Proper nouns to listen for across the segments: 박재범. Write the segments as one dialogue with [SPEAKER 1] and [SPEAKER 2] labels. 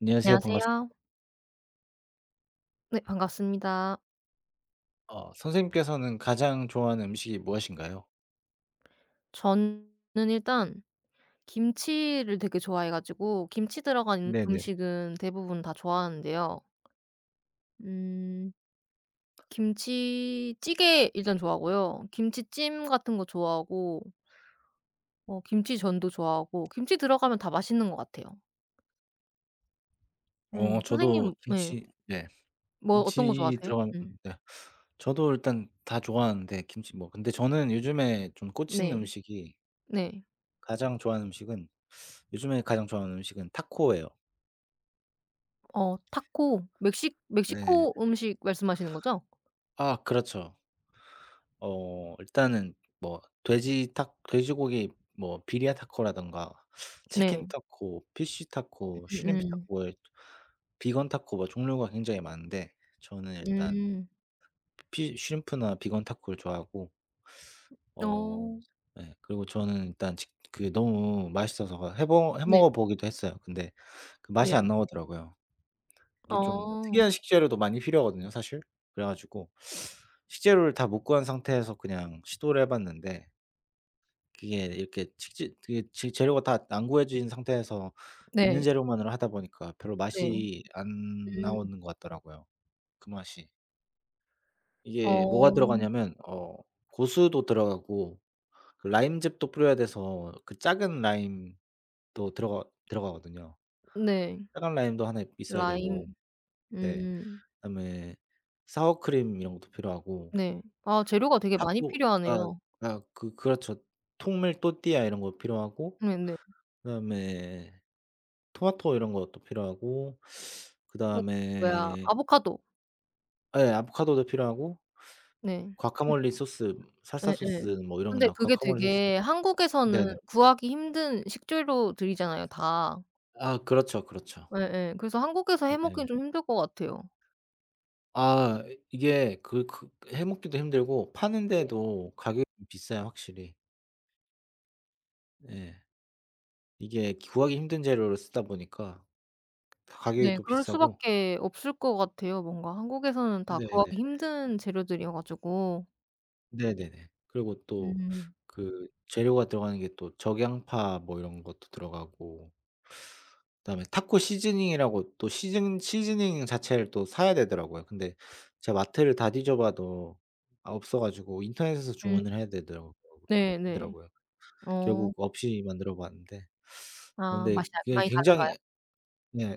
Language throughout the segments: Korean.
[SPEAKER 1] 안녕하세요. 반갑습니다.
[SPEAKER 2] 안녕하세요. 네, 반갑습니다.
[SPEAKER 1] 선생님께서는 가장 좋아하는 음식이 무엇인가요?
[SPEAKER 2] 저는 일단 김치를 되게 좋아해 가지고 김치 들어간
[SPEAKER 1] 네네.
[SPEAKER 2] 음식은 대부분 다 좋아하는데요. 음 김치찌개 일단 좋아하고요. 김치찜 같은 거 좋아하고 김치전도 좋아하고 김치 들어가면 다 맛있는 것 같아요.
[SPEAKER 1] 어 저도
[SPEAKER 2] 선생님, 네,
[SPEAKER 1] 김치 네.
[SPEAKER 2] 뭐 어떤 거
[SPEAKER 1] 김치
[SPEAKER 2] 좋아하세요?
[SPEAKER 1] 들어간
[SPEAKER 2] 음.
[SPEAKER 1] 네. 저도 일단 다 좋아하는데 김치 뭐 근데 저는 요즘에 좀 꽂힌
[SPEAKER 2] 네.
[SPEAKER 1] 음식이
[SPEAKER 2] 네.
[SPEAKER 1] 가장 좋아하는 음식은 요즘에 가장 좋아하는 음식은 타코예요.
[SPEAKER 2] 어, 타코
[SPEAKER 1] 네.
[SPEAKER 2] 멕시코 음식 말씀하시는 거죠?
[SPEAKER 1] 아 그렇죠. 일단은 돼지 타 돼지고기 뭐 비리아 타코라든가 치킨
[SPEAKER 2] 네.
[SPEAKER 1] 타코, 피쉬 타코, 쉬림프
[SPEAKER 2] 음음.
[SPEAKER 1] 타코 뭐 비건 타코 종류가 굉장히 많은데 저는
[SPEAKER 2] 음.
[SPEAKER 1] 일단
[SPEAKER 2] 음.
[SPEAKER 1] 피 쉬림프나 비건 타코를 좋아하고 어
[SPEAKER 2] 어.
[SPEAKER 1] 예 그리고 저는 일단 직 그게 너무 맛있어서 해 먹어 해
[SPEAKER 2] 네.
[SPEAKER 1] 먹어 보기도 했어요. 근데 그 맛이
[SPEAKER 2] 네.
[SPEAKER 1] 안 나오더라고요. 이게 좀
[SPEAKER 2] 어.
[SPEAKER 1] 특이한 식재료도 많이 필요하거든요 사실. 그래 가지고 식재료를 다 못 구한 상태에서 그냥 시도를 해 봤는데 그게 이렇게 식재 그게 재 재료가 다 안 구해진 상태에서 있는
[SPEAKER 2] 네.
[SPEAKER 1] 재료만으로 하다 보니까 별로
[SPEAKER 2] 네.
[SPEAKER 1] 맛이 안
[SPEAKER 2] 음.
[SPEAKER 1] 나오는 것 같더라고요 그 맛이. 이게 뭐가
[SPEAKER 2] 어.
[SPEAKER 1] 들어가냐면 고수도 들어가고 그 라임즙도 뿌려야 돼서 그 작은 라임도 들어가거든요.
[SPEAKER 2] 네.
[SPEAKER 1] 작은 라임도 하나 있어야
[SPEAKER 2] 라임.
[SPEAKER 1] 되고 네
[SPEAKER 2] 음.
[SPEAKER 1] 그다음에 사워크림 이런 것도 필요하고
[SPEAKER 2] 네. 아, 재료가 되게 많이
[SPEAKER 1] 타코 아
[SPEAKER 2] 필요하네요.
[SPEAKER 1] 아 그 그렇죠. 통밀 또띠아 이런 거 필요하고
[SPEAKER 2] 네네.
[SPEAKER 1] 그다음에 토마토 이런 것도 필요하고
[SPEAKER 2] 뭐 뭐야,
[SPEAKER 1] 그다음에
[SPEAKER 2] 아보카도.
[SPEAKER 1] 예 아보카도도 필요하고
[SPEAKER 2] 네. 좀.
[SPEAKER 1] 과카몰리 소스 살사 소스
[SPEAKER 2] 예예.
[SPEAKER 1] 뭐 이런
[SPEAKER 2] 근데
[SPEAKER 1] 거
[SPEAKER 2] 그게
[SPEAKER 1] 과카몰리 소스
[SPEAKER 2] 되게 한국에서는
[SPEAKER 1] 네네.
[SPEAKER 2] 구하기 힘든 식재료들이잖아요 다.
[SPEAKER 1] 아 그렇죠, 그렇죠.
[SPEAKER 2] 예예. 그래서 한국에서 해 먹긴
[SPEAKER 1] 네네.
[SPEAKER 2] 좀 힘들 것 같아요.
[SPEAKER 1] 아 이게 그 해 먹기도 힘들고 파는
[SPEAKER 2] 네.
[SPEAKER 1] 데도 가격이 좀 비싸요 확실히. 예. 이게 구하기 힘든 재료를 쓰다 보니까 가격이
[SPEAKER 2] 네.
[SPEAKER 1] 또
[SPEAKER 2] 그럴
[SPEAKER 1] 비싸고
[SPEAKER 2] 수밖에 없을 것 같아요. 뭔가 한국에서는 다
[SPEAKER 1] 네네.
[SPEAKER 2] 구하기 힘든 재료들이어 가지고.
[SPEAKER 1] 네네네. 그리고 또
[SPEAKER 2] 음.
[SPEAKER 1] 그 재료가 들어가는 게 또 적양파 뭐 이런 것도 들어가고 그다음에 타코 시즈닝이라고 또 시즌 시즈닝 자체를 또 사야 되더라고요. 근데 제가 마트를 다 뒤져 봐도 아 없어 가지고 인터넷에서
[SPEAKER 2] 음.
[SPEAKER 1] 주문을 해야 되더라고요.
[SPEAKER 2] 네 네.
[SPEAKER 1] 더라고요.
[SPEAKER 2] 어.
[SPEAKER 1] 결국 없이 만들어 봤는데 어
[SPEAKER 2] 아,
[SPEAKER 1] 근데
[SPEAKER 2] 맛이 다
[SPEAKER 1] 이게
[SPEAKER 2] 많이 다른가요?
[SPEAKER 1] 굉장히 네.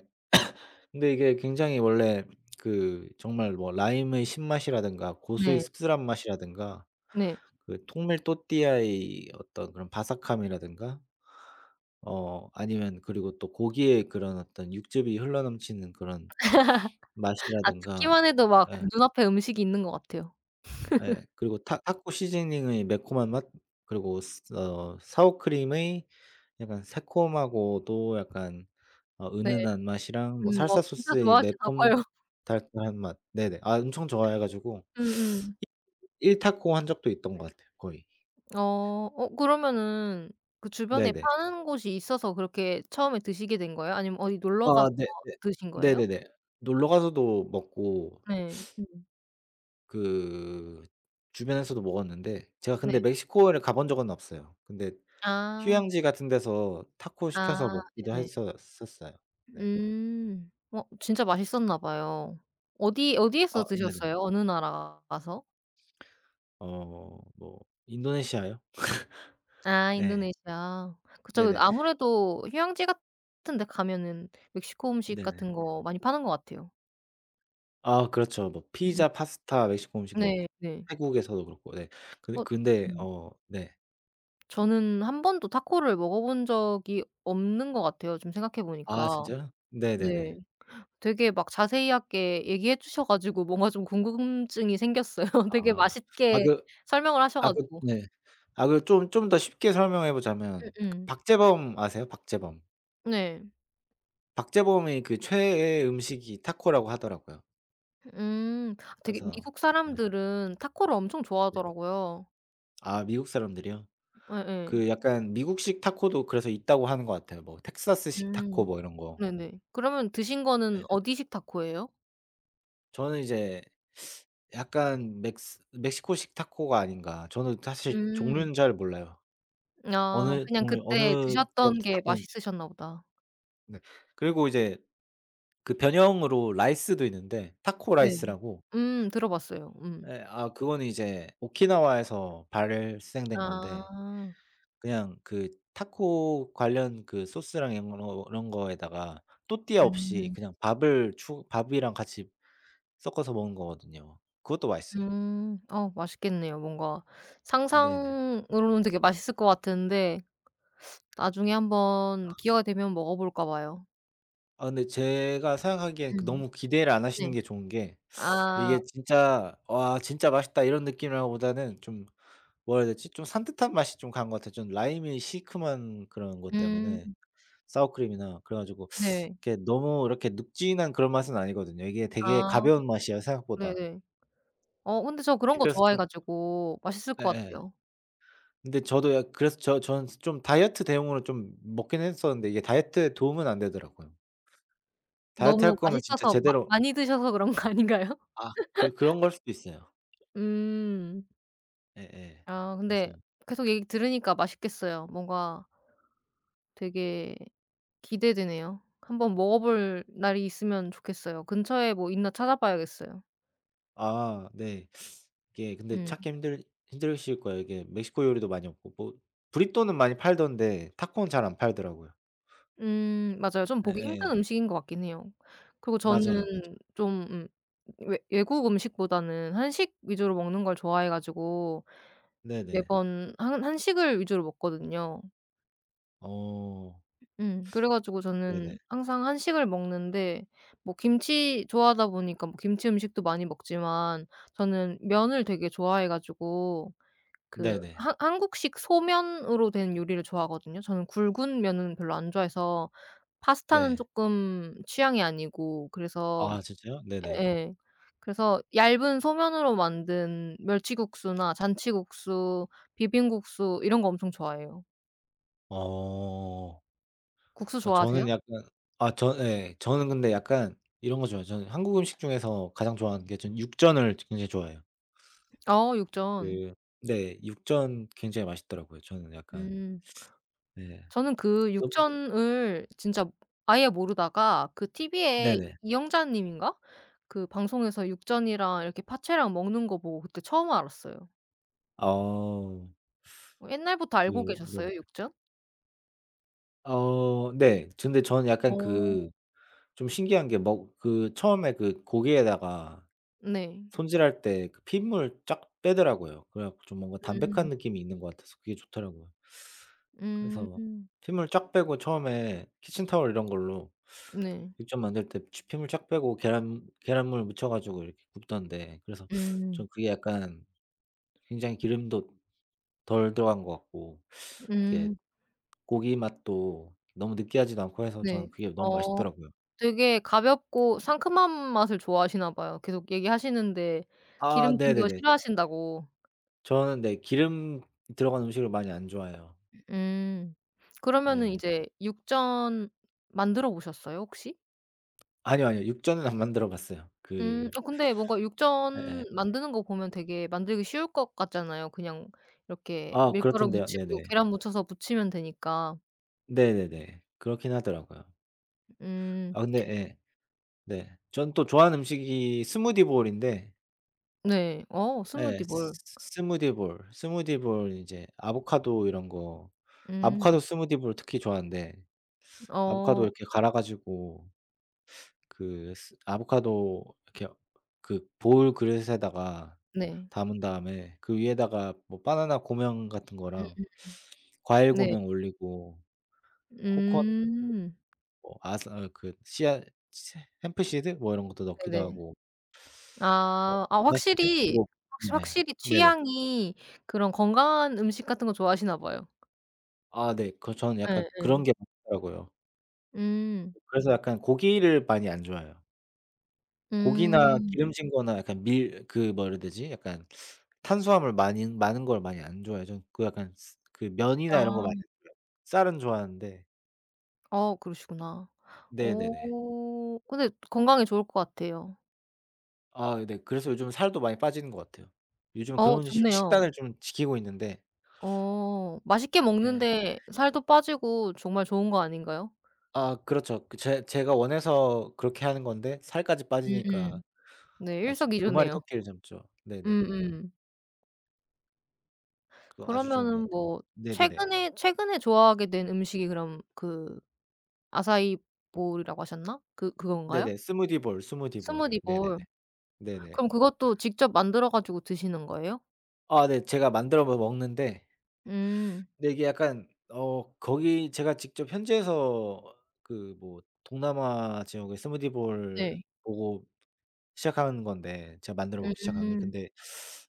[SPEAKER 1] 근데 이게 굉장히 원래 그 정말 뭐 라임의 신맛이라든가 고수의
[SPEAKER 2] 네.
[SPEAKER 1] 씁쓸한 맛이라든가
[SPEAKER 2] 네.
[SPEAKER 1] 그 통밀 또띠아의 어떤 그런 바삭함이라든가 아니면 그리고 또 고기의 그런 어떤 육즙이 흘러넘치는 그런
[SPEAKER 2] 아,
[SPEAKER 1] 맛이라든가
[SPEAKER 2] 듣기만 해도 막
[SPEAKER 1] 예
[SPEAKER 2] 눈앞에 음식이 있는 것 같아요.
[SPEAKER 1] 예 그리고 타 타코 시즈닝의 매콤한 맛 그리고 스 사워크림의 약간 새콤하고도 약간
[SPEAKER 2] 네.
[SPEAKER 1] 은은한 맛이랑 뭐
[SPEAKER 2] 음, 어
[SPEAKER 1] 살사
[SPEAKER 2] 진짜
[SPEAKER 1] 소스의
[SPEAKER 2] 좋아하시나
[SPEAKER 1] 매콤
[SPEAKER 2] 봐요.
[SPEAKER 1] 달달한 맛. 네네. 아 엄청 좋아해 가지고
[SPEAKER 2] 음음.
[SPEAKER 1] 1 타코 한 적도 있던 것 같아요 거의.
[SPEAKER 2] 어. 어 그러면은 그 주변에
[SPEAKER 1] 네네.
[SPEAKER 2] 파는 곳이 있어서 그렇게 처음에 드시게 된 거예요? 아니면 어디 놀러 가서
[SPEAKER 1] 아 네네.
[SPEAKER 2] 드신 거예요?
[SPEAKER 1] 네네네. 놀러 가서도 먹고
[SPEAKER 2] 네. 음.
[SPEAKER 1] 그 주변에서도 먹었는데 제가
[SPEAKER 2] 네.
[SPEAKER 1] 근데 멕시코를 가본 적은 없어요. 근데
[SPEAKER 2] 아.
[SPEAKER 1] 휴양지 같은 데서 타코 시켜서
[SPEAKER 2] 아
[SPEAKER 1] 먹기도
[SPEAKER 2] 네네.
[SPEAKER 1] 했었었어요. 네.
[SPEAKER 2] 음. 어 진짜 맛있었나 봐요. 어디 어디에서
[SPEAKER 1] 아 네네.
[SPEAKER 2] 드셨어요? 어느 나라 가서?
[SPEAKER 1] 뭐 인도네시아요?
[SPEAKER 2] 아,
[SPEAKER 1] 네.
[SPEAKER 2] 인도네시아. 그쵸.
[SPEAKER 1] 네네.
[SPEAKER 2] 아무래도 휴양지 같은 데 가면은 멕시코 음식
[SPEAKER 1] 네네.
[SPEAKER 2] 같은 거 많이 파는 것 같아요.
[SPEAKER 1] 아 그렇죠. 뭐
[SPEAKER 2] 음음.
[SPEAKER 1] 피자, 파스타, 멕시코 음식 뭐
[SPEAKER 2] 네 네.
[SPEAKER 1] 태국에서도 그렇고 네. 근데
[SPEAKER 2] 어
[SPEAKER 1] 근데
[SPEAKER 2] 음.
[SPEAKER 1] 어 네.
[SPEAKER 2] 저는 한 번도 타코를 먹어본 적이 없는 것 같아요, 지금 생각해
[SPEAKER 1] 아
[SPEAKER 2] 보니까.
[SPEAKER 1] 진짜요? 네네네.
[SPEAKER 2] 네. 되게 막 자세하게 얘기해 주셔 가지고 뭔가 좀 궁금증이 생겼어요. 되게
[SPEAKER 1] 아. 아
[SPEAKER 2] 맛있게
[SPEAKER 1] 그
[SPEAKER 2] 설명을 하셔
[SPEAKER 1] 아 그
[SPEAKER 2] 가지고.
[SPEAKER 1] 네. 아 그 좀 더 쉽게 설명해 보자면 그
[SPEAKER 2] 음음.
[SPEAKER 1] 박재범 아세요? 박재범.
[SPEAKER 2] 네.
[SPEAKER 1] 박재범이 그 최애 음식이 타코라고 하더라고요.
[SPEAKER 2] 음. 되게
[SPEAKER 1] 그래서
[SPEAKER 2] 미국
[SPEAKER 1] 네
[SPEAKER 2] 사람들은 타코를 엄청
[SPEAKER 1] 네.
[SPEAKER 2] 좋아하더라고요.
[SPEAKER 1] 아 미국 사람들이요?
[SPEAKER 2] 예예.
[SPEAKER 1] 그 약간 미국식 타코도 그래서 있다고 하는 것 같아요. 뭐 텍사스식 타코
[SPEAKER 2] 음.
[SPEAKER 1] 뭐 이런 거.
[SPEAKER 2] 네네. 그러면 드신 거는
[SPEAKER 1] 예.
[SPEAKER 2] 어디식 타코예요?
[SPEAKER 1] 저는 이제 약간 멕스 멕시코식 타코가 아닌가. 저는 사실
[SPEAKER 2] 음.
[SPEAKER 1] 종류는 잘 몰라요.
[SPEAKER 2] 아,
[SPEAKER 1] 어느
[SPEAKER 2] 그냥
[SPEAKER 1] 종류
[SPEAKER 2] 그때
[SPEAKER 1] 어느 지역
[SPEAKER 2] 드셨던 게
[SPEAKER 1] 타코인지.
[SPEAKER 2] 맛있으셨나 보다.
[SPEAKER 1] 네. 그리고 이제 그 변형으로 라이스도 있는데 타코
[SPEAKER 2] 네.
[SPEAKER 1] 라이스라고
[SPEAKER 2] 음, 들어봤어요. 음.
[SPEAKER 1] 예 아 그거는 이제 오키나와에서 발생된 건데
[SPEAKER 2] 아.
[SPEAKER 1] 그냥 그 타코 관련 그 소스랑 이런 거 이런 거에다가 또띠아 없이
[SPEAKER 2] 음.
[SPEAKER 1] 그냥 밥을 추 밥이랑 같이 섞어서 먹는 거거든요. 그것도 맛있어요.
[SPEAKER 2] 음. 어, 맛있겠네요. 뭔가
[SPEAKER 1] 네네.
[SPEAKER 2] 상상으로는 되게 맛있을 것 같은데 나중에 한번 기회가 되면 먹어 볼까 봐요.
[SPEAKER 1] 아 근데 제가 생각하기엔 그
[SPEAKER 2] 음.
[SPEAKER 1] 너무 기대를 안
[SPEAKER 2] 네.
[SPEAKER 1] 하시는 게 좋은 게
[SPEAKER 2] 아.
[SPEAKER 1] 이게 진짜 '와 진짜 맛있다.' 이런 느낌이라기보다는 좀 뭐라 해야 되지? 좀 산뜻한 맛이 좀 강한 것 같아요. 좀 라임이 시큼한 그런 것
[SPEAKER 2] 음.
[SPEAKER 1] 때문에 사워크림이나. 그래 가지고
[SPEAKER 2] 네.
[SPEAKER 1] 이렇게 너무 이렇게 눅진한 그런 맛은 아니거든요. 이게 되게
[SPEAKER 2] 아
[SPEAKER 1] 가벼운 맛이에요 생각보다.
[SPEAKER 2] 네네. 어 근데 저 그런
[SPEAKER 1] 예
[SPEAKER 2] 거
[SPEAKER 1] 그래서
[SPEAKER 2] 좋아해
[SPEAKER 1] 좀
[SPEAKER 2] 가지고 맛있을 것
[SPEAKER 1] 예예.
[SPEAKER 2] 같아요.
[SPEAKER 1] 근데 저도 약 그래서 저 저는 좀 다이어트 대용으로 좀 먹긴 했었는데 이게 다이어트에 도움은 안 되더라고요. 다이어트 할
[SPEAKER 2] 너무
[SPEAKER 1] 거면 진짜
[SPEAKER 2] 맛있어서 마
[SPEAKER 1] 제대로
[SPEAKER 2] 많이 드셔서 그런 거 아닌가요?
[SPEAKER 1] 아 그런 걸 수도 있어요.
[SPEAKER 2] 음.
[SPEAKER 1] 예예.
[SPEAKER 2] 아 근데
[SPEAKER 1] 그래서
[SPEAKER 2] 계속 얘기 들으니까 맛있겠어요. 뭔가 되게 기대되네요. 한번 먹어볼 날이 있으면 좋겠어요. 근처에 뭐 있나 찾아봐야겠어요.
[SPEAKER 1] 아 네. 이게 근데
[SPEAKER 2] 음.
[SPEAKER 1] 찾기 힘들 힘드실 거예요. 이게 멕시코 요리도 많이 없고 뭐 브리또는 많이 팔던데 타코는 잘 안 팔더라고요.
[SPEAKER 2] 맞아요. 좀 보기 힘든
[SPEAKER 1] 예예.
[SPEAKER 2] 음식인 것 같긴 해요. 그리고
[SPEAKER 1] 맞아요,
[SPEAKER 2] 저는
[SPEAKER 1] 맞아요.
[SPEAKER 2] 좀 외 외국 음식보다는 한식 위주로 먹는 걸 좋아해 가지고
[SPEAKER 1] 네네.
[SPEAKER 2] 매번 한 한식을 위주로 먹거든요.
[SPEAKER 1] 어.
[SPEAKER 2] 음. 그래 가지고
[SPEAKER 1] 네네.
[SPEAKER 2] 저는 항상 한식을 먹는데 뭐 김치 좋아하다 보니까 뭐 김치 음식도 많이 먹지만 저는 면을 되게 좋아해 가지고 그
[SPEAKER 1] 네네.
[SPEAKER 2] 한 한국식 소면으로 된 요리를 좋아하거든요. 저는 굵은 면은 별로 안 좋아해서 파스타는
[SPEAKER 1] 네.
[SPEAKER 2] 쪼끔 취향이 아니고 그래서
[SPEAKER 1] 아 진짜요? 네네.
[SPEAKER 2] 예예. 그래서 얇은 소면으로 만든 멸치국수나 잔치국수, 비빔국수 이런 거 엄청 좋아해요.
[SPEAKER 1] 어. 어
[SPEAKER 2] 국수 좋아하세요?
[SPEAKER 1] 저는 약간 아 저 예. 저는 근데 약간 이런 거 좋아해요. 저는 한국 음식 중에서 가장 좋아하는 게 저는 육전을 굉장히 좋아해요.
[SPEAKER 2] 어, 육전.
[SPEAKER 1] 그 네. 육전 굉장히 맛있더라고요. 저는 약간
[SPEAKER 2] 음.
[SPEAKER 1] 네.
[SPEAKER 2] 저는 그
[SPEAKER 1] 너
[SPEAKER 2] 육전을 진짜 아예 모르다가 그 TV에
[SPEAKER 1] 네네.
[SPEAKER 2] 이영자 님인가? 그 방송에서 육전이랑 이렇게 파채랑 먹는 거 보고 그때 처음 알았어요.
[SPEAKER 1] 어.
[SPEAKER 2] 어, 옛날부터
[SPEAKER 1] 그
[SPEAKER 2] 알고 계셨어요,
[SPEAKER 1] 네네.
[SPEAKER 2] 육전?
[SPEAKER 1] 어 네. 근데 저는 약간
[SPEAKER 2] 어.
[SPEAKER 1] 그 좀 신기한 게 먹 그 처음에 그 고기에다가
[SPEAKER 2] 네.
[SPEAKER 1] 손질할 때 그 핏물 쫙 빼더라고요. 그래 갖고 좀 뭔가 담백한
[SPEAKER 2] 음.
[SPEAKER 1] 느낌이 있는 것 같아서 그게 좋더라고요.
[SPEAKER 2] 음.
[SPEAKER 1] 그래서 핏물 쫙 빼고 처음에 키친타월 이런 걸로
[SPEAKER 2] 네.
[SPEAKER 1] 육전 만들 때 피 핏물 쫙 빼고 계란물 묻혀 가지고 이렇게 굽던데 그래서
[SPEAKER 2] 음.
[SPEAKER 1] 전 그게 약간 굉장히 기름도 덜 들어간 것 같고 이렇게
[SPEAKER 2] 음.
[SPEAKER 1] 고기 맛도 너무 느끼하지도 않고 해서
[SPEAKER 2] 네.
[SPEAKER 1] 저는 그게 너무
[SPEAKER 2] 어
[SPEAKER 1] 맛있더라고요.
[SPEAKER 2] 되게 가볍고 상큼한 맛을 좋아하시나 봐요. 계속 얘기하시는데
[SPEAKER 1] 아
[SPEAKER 2] 기름진 거
[SPEAKER 1] 네네네.
[SPEAKER 2] 싫어하신다고.
[SPEAKER 1] 저는 네 기름 들어간 음식을 많이 안 좋아해요.
[SPEAKER 2] 음. 그러면은
[SPEAKER 1] 예.
[SPEAKER 2] 이제 육전 만들어 보셨어요 혹시?
[SPEAKER 1] 아니요, 아니요. 육전은 안 만들어 봤어요.
[SPEAKER 2] 음.
[SPEAKER 1] 그
[SPEAKER 2] 어 근데 뭔가 육전
[SPEAKER 1] 예예.
[SPEAKER 2] 만드는 거 보면 되게 만들기 쉬울 것 같잖아요. 그냥 이렇게
[SPEAKER 1] 아
[SPEAKER 2] 밀가루
[SPEAKER 1] 그렇던데요.
[SPEAKER 2] 묻히고
[SPEAKER 1] 네네.
[SPEAKER 2] 계란 묻혀서 부치면 되니까.
[SPEAKER 1] 네네네. 그렇긴 하더라고요.
[SPEAKER 2] 음.
[SPEAKER 1] 아 근데 예. 네. 저는 또 좋아하는 음식이 스무디 볼인데
[SPEAKER 2] 네. 어,
[SPEAKER 1] 예 스
[SPEAKER 2] 스무디볼.
[SPEAKER 1] 스무디 볼 이제 아보카도 이런 거
[SPEAKER 2] 음.
[SPEAKER 1] 아보카도 스무디 볼 특히 좋아하는데 아보카도
[SPEAKER 2] 어
[SPEAKER 1] 이렇게 갈아 가지고 그 스 아보카도 이렇게 그 볼 그릇에다가
[SPEAKER 2] 네.
[SPEAKER 1] 담은 다음에 그 위에다가 뭐 바나나 고명 같은 거랑
[SPEAKER 2] 음
[SPEAKER 1] 과일
[SPEAKER 2] 네.
[SPEAKER 1] 고명 올리고 코코넛
[SPEAKER 2] 음.
[SPEAKER 1] 뭐 아사 그 씨앗 햄프 씨드 뭐 이런 것도 넣기도
[SPEAKER 2] 네네.
[SPEAKER 1] 하고 어
[SPEAKER 2] 아. 아
[SPEAKER 1] 씨앗 씨드
[SPEAKER 2] 확실히
[SPEAKER 1] 그리고 네.
[SPEAKER 2] 확시 확실히
[SPEAKER 1] 네네.
[SPEAKER 2] 취향이 그런 건강한 음식 같은 거 좋아하시나 봐요.
[SPEAKER 1] 아 네. 그 저는 약간
[SPEAKER 2] 예예.
[SPEAKER 1] 그런 게 많더라고요
[SPEAKER 2] 음.
[SPEAKER 1] 그래서 약간 고기를 많이 안 좋아해요. 고기나
[SPEAKER 2] 음.
[SPEAKER 1] 기름진 거나 약간 밀 그 뭐라 해야 되지? 약간 탄수화물 많이 많은 걸 많이 안 좋아해요. 저는 그 약간 스 그 면이나 이런 거 많이
[SPEAKER 2] 아.
[SPEAKER 1] 안 좋아해요. 쌀은 좋아하는데
[SPEAKER 2] 어 그러시구나. 어
[SPEAKER 1] 네네네.
[SPEAKER 2] 근데 건강에 좋을 것 같아요.
[SPEAKER 1] 아 네. 그래서 요즘 살도 많이 빠지는 것 같아요. 요즘은
[SPEAKER 2] 어
[SPEAKER 1] 그런 식
[SPEAKER 2] 좋네요.
[SPEAKER 1] 식단을 좀 지키고 있는데
[SPEAKER 2] 어 맛있게
[SPEAKER 1] 예.
[SPEAKER 2] 먹는데 살도 빠지고 정말 좋은 거 아닌가요?
[SPEAKER 1] 아 그렇죠. 그 제 제가 원해서 그렇게 하는 건데 살까지
[SPEAKER 2] 음음.
[SPEAKER 1] 빠지니까
[SPEAKER 2] 네,
[SPEAKER 1] 아주 두 마리
[SPEAKER 2] 일석이조네요.
[SPEAKER 1] 토끼를 잡죠. 네네.
[SPEAKER 2] 음음.
[SPEAKER 1] 그거 아주 좋은
[SPEAKER 2] 그러면은
[SPEAKER 1] 것 같아요.
[SPEAKER 2] 뭐
[SPEAKER 1] 네네네.
[SPEAKER 2] 최근에 최근에 좋아하게 된 음식이 그럼 그 아사이 볼이라고 하셨나? 그 그건가요?
[SPEAKER 1] 네네. 스무디 볼, 스무디 볼이요.
[SPEAKER 2] 스무디
[SPEAKER 1] 네네네.
[SPEAKER 2] 볼.
[SPEAKER 1] 네네.
[SPEAKER 2] 그럼 그것도 직접 만들어 가지고 드시는 거예요?
[SPEAKER 1] 아 네. 제가 만들어 뭐 먹는데
[SPEAKER 2] 음.
[SPEAKER 1] 근데 이게 약간 어 거기 제가 직접 현지에서 그 뭐 동남아 지역의 스무디 볼
[SPEAKER 2] 네.
[SPEAKER 1] 보고 시작한 건데 제가 만들어 먹기 시작한 게
[SPEAKER 2] 음.
[SPEAKER 1] 근데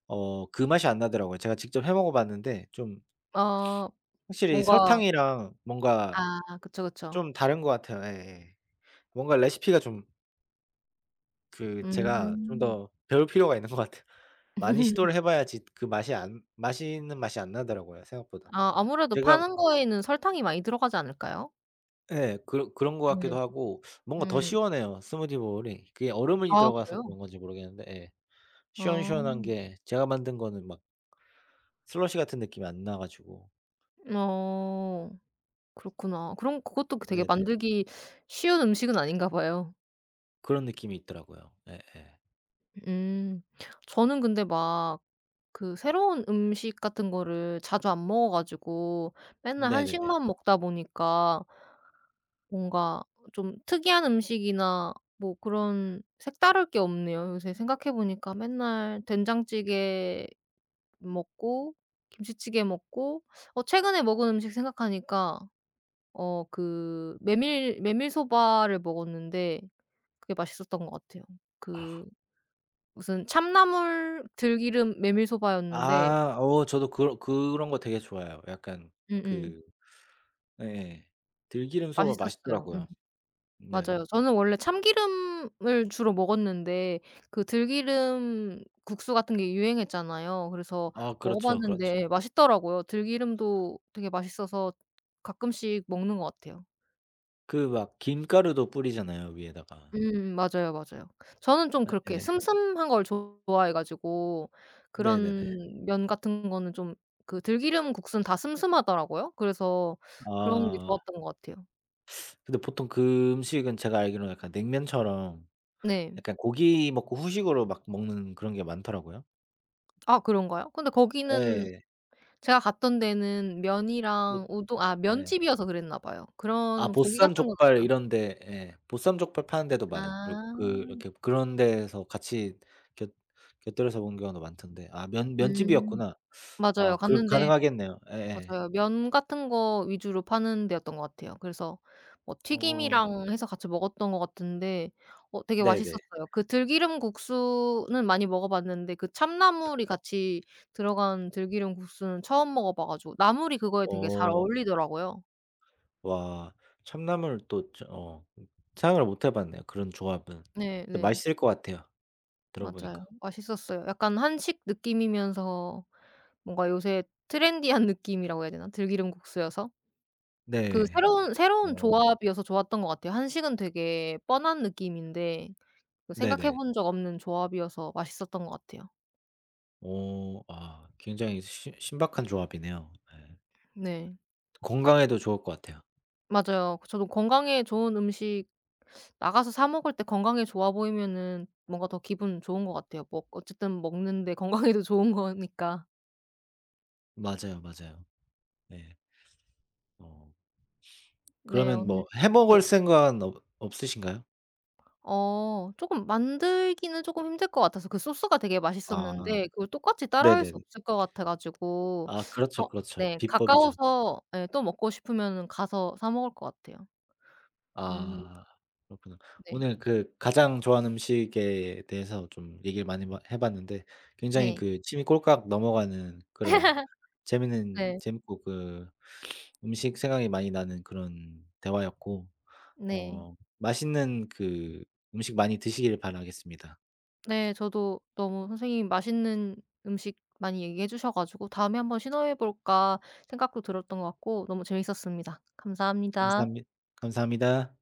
[SPEAKER 1] 어 그 맛이 안 나더라고요. 제가 직접 해 먹어 봤는데 좀
[SPEAKER 2] 아.
[SPEAKER 1] 확실히
[SPEAKER 2] 뭔가
[SPEAKER 1] 설탕이랑 뭔가
[SPEAKER 2] 아 그쵸, 그쵸.
[SPEAKER 1] 좀 다른 것 같아요. 예예. 뭔가 레시피가 좀 그 제가 좀
[SPEAKER 2] 음.
[SPEAKER 1] 더 배울 필요가 있는 것 같아요. 많이 시도를 해 봐야지 그 맛이 안 맛있는 맛이 안 나더라고요 생각보다.
[SPEAKER 2] 아 아무래도
[SPEAKER 1] 제가
[SPEAKER 2] 파는 거에는 설탕이 많이 들어가지 않을까요?
[SPEAKER 1] 예. 그런 것
[SPEAKER 2] 음.
[SPEAKER 1] 같기도 하고 뭔가 더
[SPEAKER 2] 음.
[SPEAKER 1] 시원해요 스무디 볼이. 그게 얼음이
[SPEAKER 2] 아
[SPEAKER 1] 들어가서
[SPEAKER 2] 그래요?
[SPEAKER 1] 그런 건지 모르겠는데 예.
[SPEAKER 2] 아.
[SPEAKER 1] 시원시원한 게 제가 만든 거는 막 슬러시 같은 느낌이 안 나 가지고
[SPEAKER 2] 어. 그렇구나. 그럼 그것도 그 되게
[SPEAKER 1] 네네.
[SPEAKER 2] 만들기 쉬운 음식은 아닌가 봐요.
[SPEAKER 1] 그런 느낌이 있더라고요. 예예.
[SPEAKER 2] 음. 저는 근데 막 그 새로운 음식 같은 거를 자주 안 먹어 가지고 맨날
[SPEAKER 1] 네네네.
[SPEAKER 2] 한식만 먹다 보니까 뭔가 좀 특이한 음식이나 뭐 그런 색다를 게 없네요. 요새 생각해 보니까 맨날 된장찌개 먹고 김치찌개 먹고 어 최근에 먹은 음식 생각하니까 어 그 메밀소바를 먹었는데 그게 맛있었던 것 같아요. 그
[SPEAKER 1] 아.
[SPEAKER 2] 무슨 참나물 들기름 메밀소바였는데
[SPEAKER 1] 아 어 저도 그런 거 되게 좋아해요. 약간
[SPEAKER 2] 음음
[SPEAKER 1] 그 예예. 들기름 소바
[SPEAKER 2] 맛있었어요. 음.
[SPEAKER 1] 맛있더라고요. 네.
[SPEAKER 2] 맞아요. 저는 원래 참기름을 주로 먹었는데 그 들기름 국수 같은 게 유행했잖아요. 그래서
[SPEAKER 1] 아
[SPEAKER 2] 먹어
[SPEAKER 1] 그렇죠, 그렇죠.
[SPEAKER 2] 봤는데 맛있더라고요. 들기름도 되게 맛있어서 가끔씩 먹는 것 같아요.
[SPEAKER 1] 그 막 김가루도 뿌리잖아요 위에다가.
[SPEAKER 2] 맞아요, 맞아요. 저는 좀 그렇게
[SPEAKER 1] 예.
[SPEAKER 2] 슴슴한 걸 좋아해 가지고
[SPEAKER 1] 네네네.
[SPEAKER 2] 그런 면 같은 거는 좀 그 들기름 국수는 다 슴슴하더라고요. 그래서 그런 게
[SPEAKER 1] 아.
[SPEAKER 2] 좋았던 것 같아요.
[SPEAKER 1] 근데 보통 그 음식은 제가 알기로는 약간 냉면처럼
[SPEAKER 2] 네.
[SPEAKER 1] 약간 고기 먹고 후식으로 막 먹는 그런 게 많더라고요.
[SPEAKER 2] 아 그런가요? 근데 거기는
[SPEAKER 1] 예.
[SPEAKER 2] 제가 갔던 데는
[SPEAKER 1] 뭐
[SPEAKER 2] 면이랑 우동 아,
[SPEAKER 1] 예.
[SPEAKER 2] 면집이어서 그랬나 봐요.
[SPEAKER 1] 아
[SPEAKER 2] 그런 고기
[SPEAKER 1] 보쌈
[SPEAKER 2] 같은 건
[SPEAKER 1] 족발
[SPEAKER 2] 없어요.
[SPEAKER 1] 이런 데 예. 보쌈 족발 파는 데도 많아요. 그리고 그
[SPEAKER 2] 아.
[SPEAKER 1] 이렇게 그런 데에서 같이 곁 곁들여서 먹는 경우도 많던데. 아 면
[SPEAKER 2] 음.
[SPEAKER 1] 면집이었구나.
[SPEAKER 2] 맞아요,
[SPEAKER 1] 아 그
[SPEAKER 2] 갔는데.
[SPEAKER 1] 가능하겠네요. 예예.
[SPEAKER 2] 맞아요. 면 같은 거 위주로 파는 데였던 것 같아요. 그래서 뭐
[SPEAKER 1] 어
[SPEAKER 2] 튀김이랑 해서 같이 먹었던 것 같은데 어 되게
[SPEAKER 1] 네네.
[SPEAKER 2] 맛있었어요. 그 들기름 국수는 많이 먹어 봤는데 그 참나물이 같이 들어간 들기름 국수는 처음 먹어 봐 가지고 나물이 그거에 되게 잘
[SPEAKER 1] 어.
[SPEAKER 2] 어울리더라고요.
[SPEAKER 1] 와. 참나물 또 저 어 생각을 못 해 봤네요, 그런 조합은.
[SPEAKER 2] 네
[SPEAKER 1] 근데
[SPEAKER 2] 네.
[SPEAKER 1] 맛있을 것 같아요, 들어 보니까.
[SPEAKER 2] 맞아요. 맛있었어요. 약간 한식 느낌이면서 뭔가 요새 트렌디한 느낌이라고 해야 되나? 들기름 국수여서. 그
[SPEAKER 1] 네.
[SPEAKER 2] 새로운
[SPEAKER 1] 어.
[SPEAKER 2] 조합이어서 좋았던 것 같아요. 한식은 되게 뻔한 느낌인데 그 생각해
[SPEAKER 1] 네네.
[SPEAKER 2] 본 적 없는 조합이어서 맛있었던 것 같아요.
[SPEAKER 1] 어 아 굉장히 신 신박한 조합이네요. 예.
[SPEAKER 2] 네.
[SPEAKER 1] 건강에도 좋을 것 같아요.
[SPEAKER 2] 맞아요. 저도 건강에 좋은 음식 나가서 사 먹을 때 건강에 좋아 보이면은 뭔가 더 기분 좋은 것 같아요. 뭐 어쨌든 먹는데 건강에도 좋은 거니까.
[SPEAKER 1] 맞아요, 맞아요. 네. 어
[SPEAKER 2] 네
[SPEAKER 1] 그러면
[SPEAKER 2] 오늘
[SPEAKER 1] 뭐 해
[SPEAKER 2] 네.
[SPEAKER 1] 먹을 생각은 없 없으신가요?
[SPEAKER 2] 어 조금 만들기는 조금 힘들 것 같아서 그 소스가 되게
[SPEAKER 1] 아
[SPEAKER 2] 맛있었는데 그걸 똑같이
[SPEAKER 1] 네
[SPEAKER 2] 따라할
[SPEAKER 1] 네
[SPEAKER 2] 수 없을 것 같아 가지고
[SPEAKER 1] 아
[SPEAKER 2] 어
[SPEAKER 1] 그렇죠, 그렇죠.
[SPEAKER 2] 네
[SPEAKER 1] 비법이죠.
[SPEAKER 2] 가까워서 예 또 먹고 싶으면은 가서 사 먹을 것 같아요. 음
[SPEAKER 1] 아 그렇구나.
[SPEAKER 2] 네.
[SPEAKER 1] 오늘 그 가장 좋아하는 음식에 대해서 좀 얘기를 많이 마 해 봤는데 굉장히
[SPEAKER 2] 네.
[SPEAKER 1] 그 침이 꼴깍 넘어가는 그런 재밌는
[SPEAKER 2] 네.
[SPEAKER 1] 재밌고 그 음식 생각이 많이 나는 그런 대화였고
[SPEAKER 2] 네.
[SPEAKER 1] 어 맛있는 그 음식 많이 드시길 바라겠습니다.
[SPEAKER 2] 네 저도 너무 선생님이 맛있는 음식 많이 얘기해 주셔 가지고 다음에 한번 시도해 볼까 생각도 들었던 것 같고 너무 재밌었습니다. 감사합니다.
[SPEAKER 1] 감사합니 감사합니다.